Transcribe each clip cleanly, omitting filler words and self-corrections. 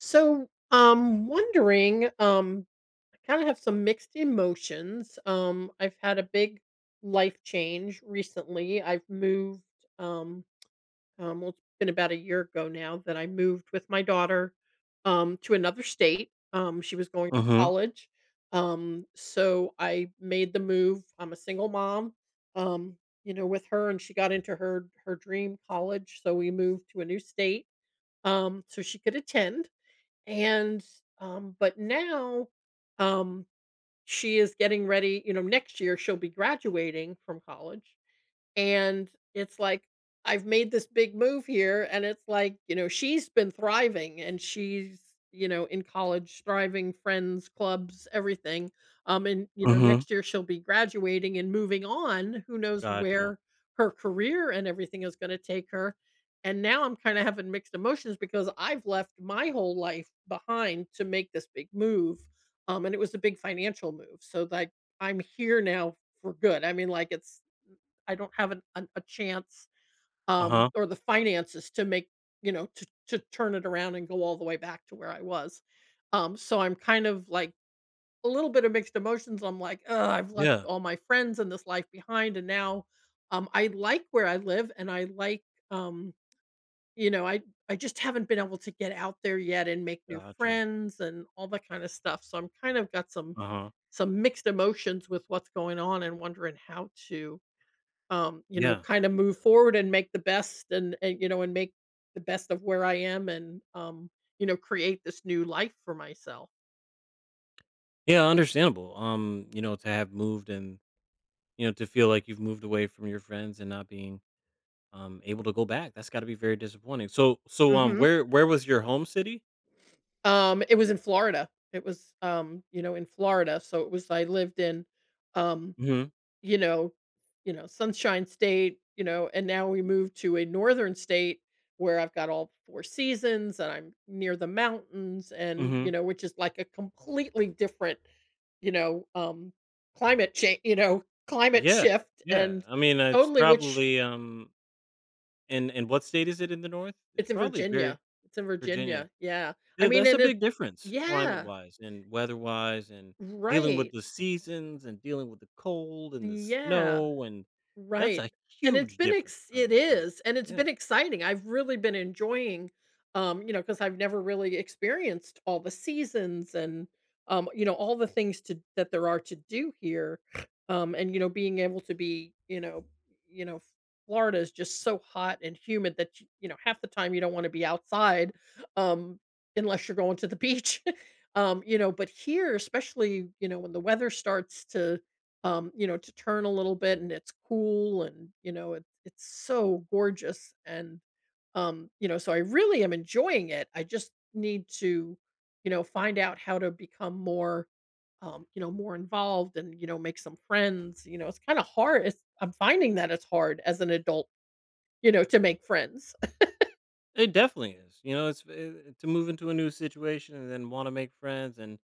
So I'm wondering. I kind of have some mixed emotions. I've had a big life change recently. I've moved. um, well, it's been about a year ago now that I moved with my daughter, to another state. She was going to Mhm, college. So I made the move. I'm a single mom, um, with her, and she got into her dream college. So we moved to a new state, so she could attend. and, but now, um, she is getting ready, you know, next year she'll be graduating from college. And it's like, I've made this big move here, and it's like, she's been thriving and she's, in college, thriving, friends, clubs, everything. And mhm, next year she'll be graduating and moving on. Who knows gotcha. where her career and everything is going to take her. And now I'm kind of having mixed emotions because I've left my whole life behind to make this big move. And it was a big financial move. So, like, I'm here now for good. I mean, like, it's I don't have an a chance, Uh-huh, or the finances to make, to turn it around and go all the way back to where I was. So I'm kind of like a little bit of mixed emotions. I'm like, "Ugh, I've left yeah, all my friends and this life behind, and now, I like where I live and I like, um, you know, I I just haven't been able to get out there yet and make new gotcha, friends and all that kind of stuff." So I'm kind of got some uh-huh, some mixed emotions with what's going on and wondering how to, yeah. kinda move forward and make the best and make the best of where I am, and, create this new life for myself. Yeah, understandable, to have moved and, to feel like you've moved away from your friends and not being, able to go back, that's gotta be very disappointing. So so, um, Mhm. where where was your home city? It was in Florida. It was, in Florida, so it was I lived in, um Mhm, you know, Sunshine State, you know, and now we move to a northern state where I've got all 4 seasons and I'm near the mountains and, you mhm, know, which is like a completely different, you know, um, climate change, you know, climate yeah, shift. yeah, And I mean, it's totally which probably, and what state is it in the North? It's It's in probably Virginia. very It's in Virginia. Virginia. Yeah. I Yeah, mean, that's a and it, big difference yeah, climate-wise and weather-wise and dealing with right. the seasons and dealing with the cold and the Yeah. snow, and that's Right, a and it's huge been difference ex it from Florida. is, and it's Yeah, been exciting. I've really been enjoying, because 'cause I've never really experienced all the seasons and, all the things to that there are to do here, and, being able to be, you know, Florida is just so hot and humid that half the time you don't wanna be outside, um, unless you're going to the beach, but here, especially, when the weather starts to, to turn a little bit, and it's cool, and, it's so gorgeous. And, so I really am enjoying it. I just need to, find out how to become more, more involved, and, make some friends. It's kind of hard. I'm finding that it's hard as an adult, to make friends. it definitely is. You know, to move into a new situation and then wanna make friends and,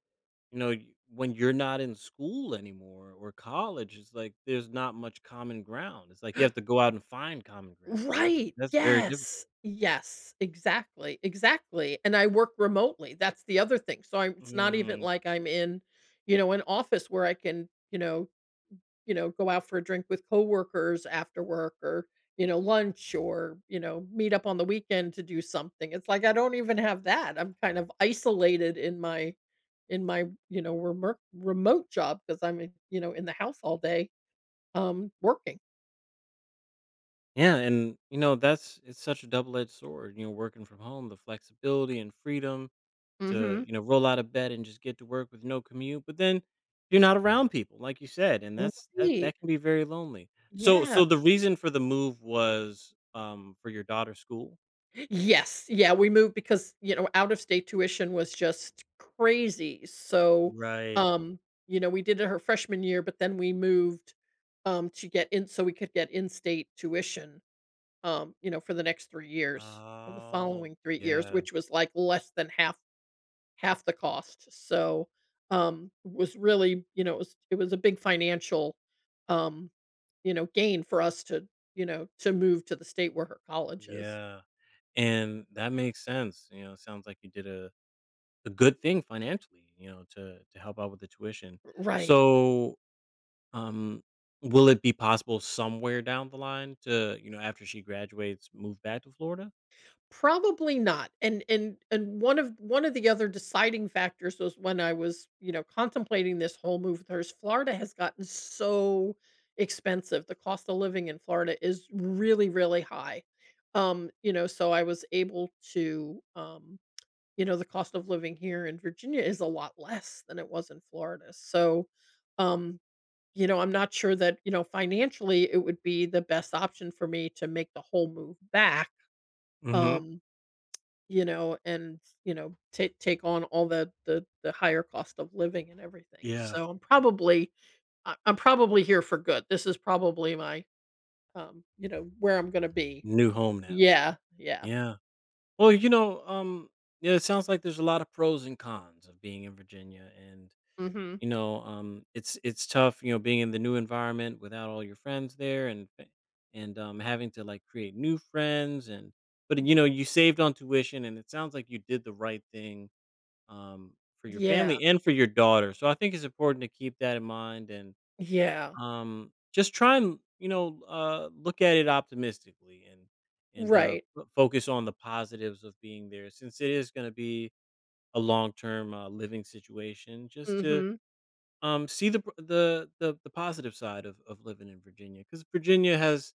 you know, y when you're not in school anymore or college, it's like there's not much common ground. It's like you have to go out and find common ground, and that's Right, that's very difficult. yes, yes, exactly, exactly, and I work remotely, that's the other thing, so I'm it's not even Mm. like I'm in, an office where I can, go out for a drink with coworkers after work, or, lunch, or, meet up on the weekend to do something. It's like I don't even have that. I'm kind of isolated in my, remote job because 'cause I'm in, in the house all day, working. Yeah, and you know that's it's such a double-edged sword. You know, working from home, the flexibility and freedom to Mhm. you know roll out of bed and just get to work with no commute. But then you're not around people, like you said, and that Right, that can be very lonely. So, yeah. so the reason for the move was for your daughter's school. Yes, yeah, we moved because, out of state tuition was just crazy. So, Right. um, we did it her freshman year, but then we moved, to get in so we could get in-state tuition, for the next 3 years, for the Oh, following 3 years, yeah. which was, like, less than half the cost. So, was really, it was a big financial, um, gain for us to, to move to the state where her college is. Yeah. And that makes sense. You know, it sounds like you did a good thing financially. You know, to help out with the tuition. Right. So, um, will it be possible somewhere down the line to, you know, after she graduates, move back to Florida? Probably not. And one of the other deciding factors was when I was, contemplating this whole move with hers, Florida has gotten so expensive. The cost of living in Florida is really, really high. So I was able to, the cost of living here in Virginia is a lot less than it was in Florida. So, um, I'm not sure that, financially it would be the best option for me to make the whole move back. Mhm. Um, and take on all the higher cost of living and everything. Yeah. So I'm probably here for good. This is probably where I'm gonna be. New home now. Yeah, yeah. Yeah. Well, you know, yeah, it sounds like there's a lot of pros and cons of being in Virginia, and Mhm. you know, um, it's tough, you know, being in the new environment without all your friends there, and having to like create new friends. And but you know, you saved on tuition and it sounds like you did the right thing, um, for your Yeah, family and for your daughter. So I think it's important to keep that in mind and yeah. Just try and, you know, look at it optimistically and and uh Right. f- focus on the positives of being there since it is going to be a long-term living situation. Just to Mhm. See the pr- the positive side of living in Virginia, cuz Virginia has,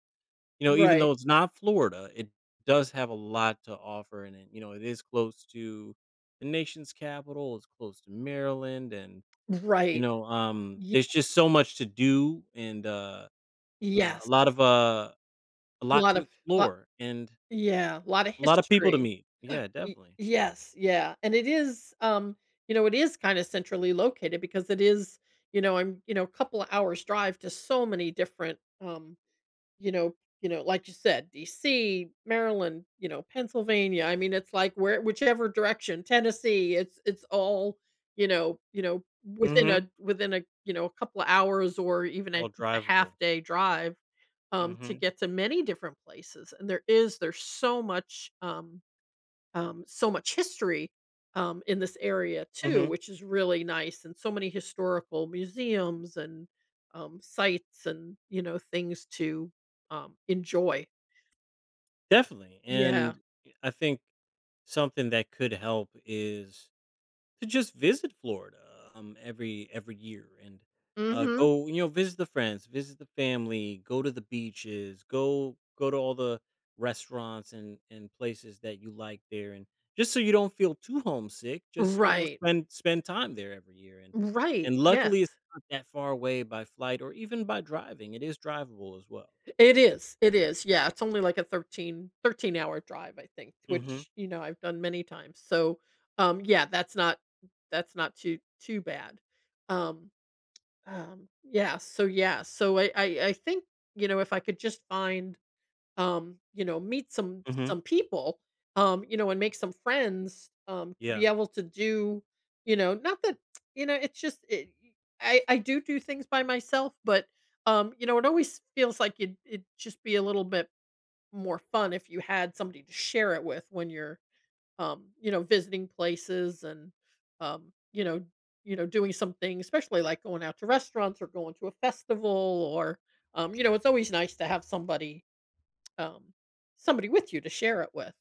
you know, even Right. though it's not Florida, it does have a lot to offer, and it you know, it is close to the nation's capital, it's close to Maryland, and, you Right. know, Ye there's just so much to do and, a Yes. lot of, a A lot Lot to of lot explore and Yeah, a lot of a lot of people to history. meet. Yeah, Y definitely. Yes, yeah, and it is, it is kinda centrally located because it is, I'm, a couple of hours drive to so many different, you know like you said, DC, Maryland, Pennsylvania. I mean, it's like where whichever direction, Tennessee, it's all, within Mhm. a within a, a couple of hours or even a All just a half drivable. day drive, to Mhm. get to many different places. And there's so much, so much history, in this area too, Mhm. which is really nice, and so many historical museums and, sites, and, you know, things to, enjoy. Definitely. Yeah. And I think something that could help is to just visit Florida, every year and Hmm. go you know visit the friends, visit the family, go to the beaches, go to all the restaurants and places that you like there, and just so you don't feel too homesick, just you know Right. spend time there every year, Right. and Yeah. luckily it's not that far away by flight or even by driving. It is drivable as well. It is. It is. Yeah. It's only like a thirteen hour drive, I think, Hmm. which, I've done many times. So, yeah, that's not too, too bad. Um, yeah, so yeah, so I think, if I could just find, meet some Hmm. some people, and make some friends, be Yeah. able to do, not that, it's just it, I do things by myself, but, it always feels like it'd just be a little bit more fun if you had somebody to share it with, when you're, visiting places, and, um, you know, doing something, especially like going out to restaurants or going to a festival or, it's always nice to have somebody, um somebody with you to share it with.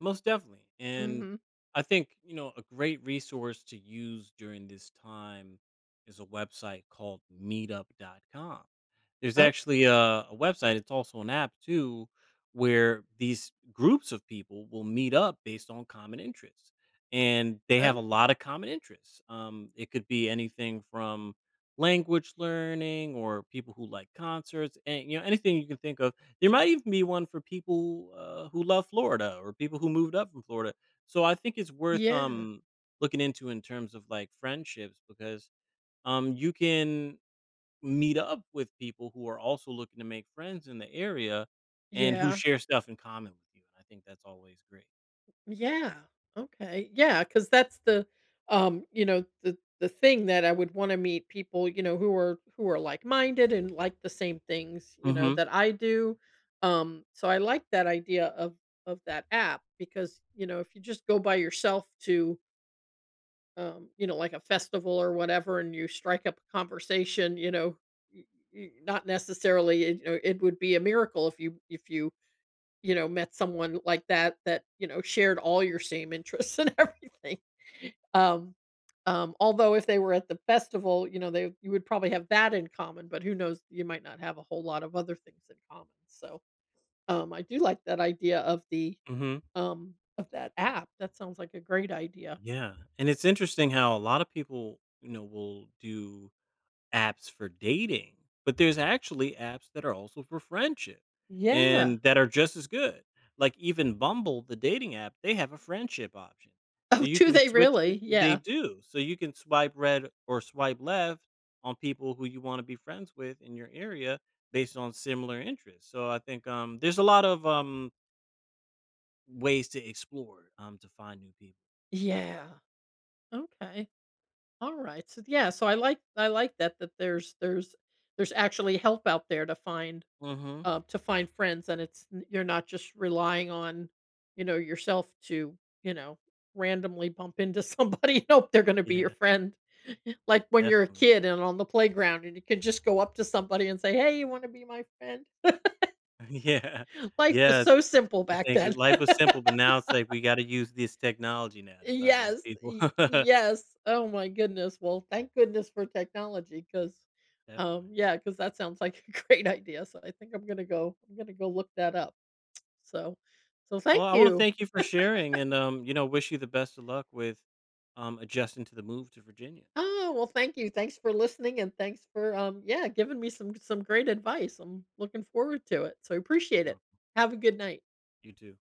Most definitely. And Mhm. I think, you know, a great resource to use during this time is a website called meetup.com. There's Okay. actually a website. It's also an app too, where these groups of people will meet up based on common interests, and they have a lot of common interests. It could be anything from language learning or people who like concerts, and you know anything you can think of. There might even be one for people who love Florida or people who moved up from Florida. So I think it's worth Yeah. Looking into in terms of like friendships, because you can meet up with people who are also looking to make friends in the area and who Yeah. share stuff in common with you. And I think that's always great. Yeah. Okay. Yeah, because that's the, the thing that I would wanna meet people, who are like-minded and like the same things, Mhm. that I do. So I like that idea of that app because, if you just go by yourself to, like a festival or whatever and you strike up a conversation, you know, y y not necessarily, it would be a miracle if you met someone like that, that, shared all your same interests and everything. Um, Although if they were at the festival, they you would probably have that in common, but who knows, you might not have a whole lot of other things in common. So, I do like that idea of the, Mhm. Of that app. That sounds like a great idea. Yeah. And it's interesting how a lot of people, you know, will do apps for dating, but there's actually apps that are also for friendship Yeah. and that are just as good. Like even Bumble, the dating app, they have a friendship option. So Oh, you do can they really? They Yeah. do. So you can swipe red or swipe left on people who you want to be friends with in your area based on similar interests. So I think there's a lot of ways to explore to find new people. Yeah. Okay. All right. So yeah, so I like that there's there's actually help out there to find, Mhm. To find friends, and it's n you're not just relying on, yourself to, you know, randomly bump into somebody and hope they're gonna be your Yeah, friend. Like when you're a definitely. kid and on the playground and you can just go up to somebody and say, "Hey, you wanna be my friend?" Yeah. Life was Yeah, so simple I back think then. life was simple, but now it's like we gotta use this technology now to find these Yes, people. y Definitely. yes. Oh my goodness. Well, thank goodness for technology, because, yeah, because that sounds like a great idea, so I think I'm gonna go look that up. So so thank Well, I wanna you. thank you for sharing and, you know, wish you the best of luck with, adjusting to the move to Virginia. Oh, well, thank you. Thanks for listening and thanks for, yeah, giving me some great advice. I'm looking forward to it. So, You're appreciate it. welcome. Have a good night. You too.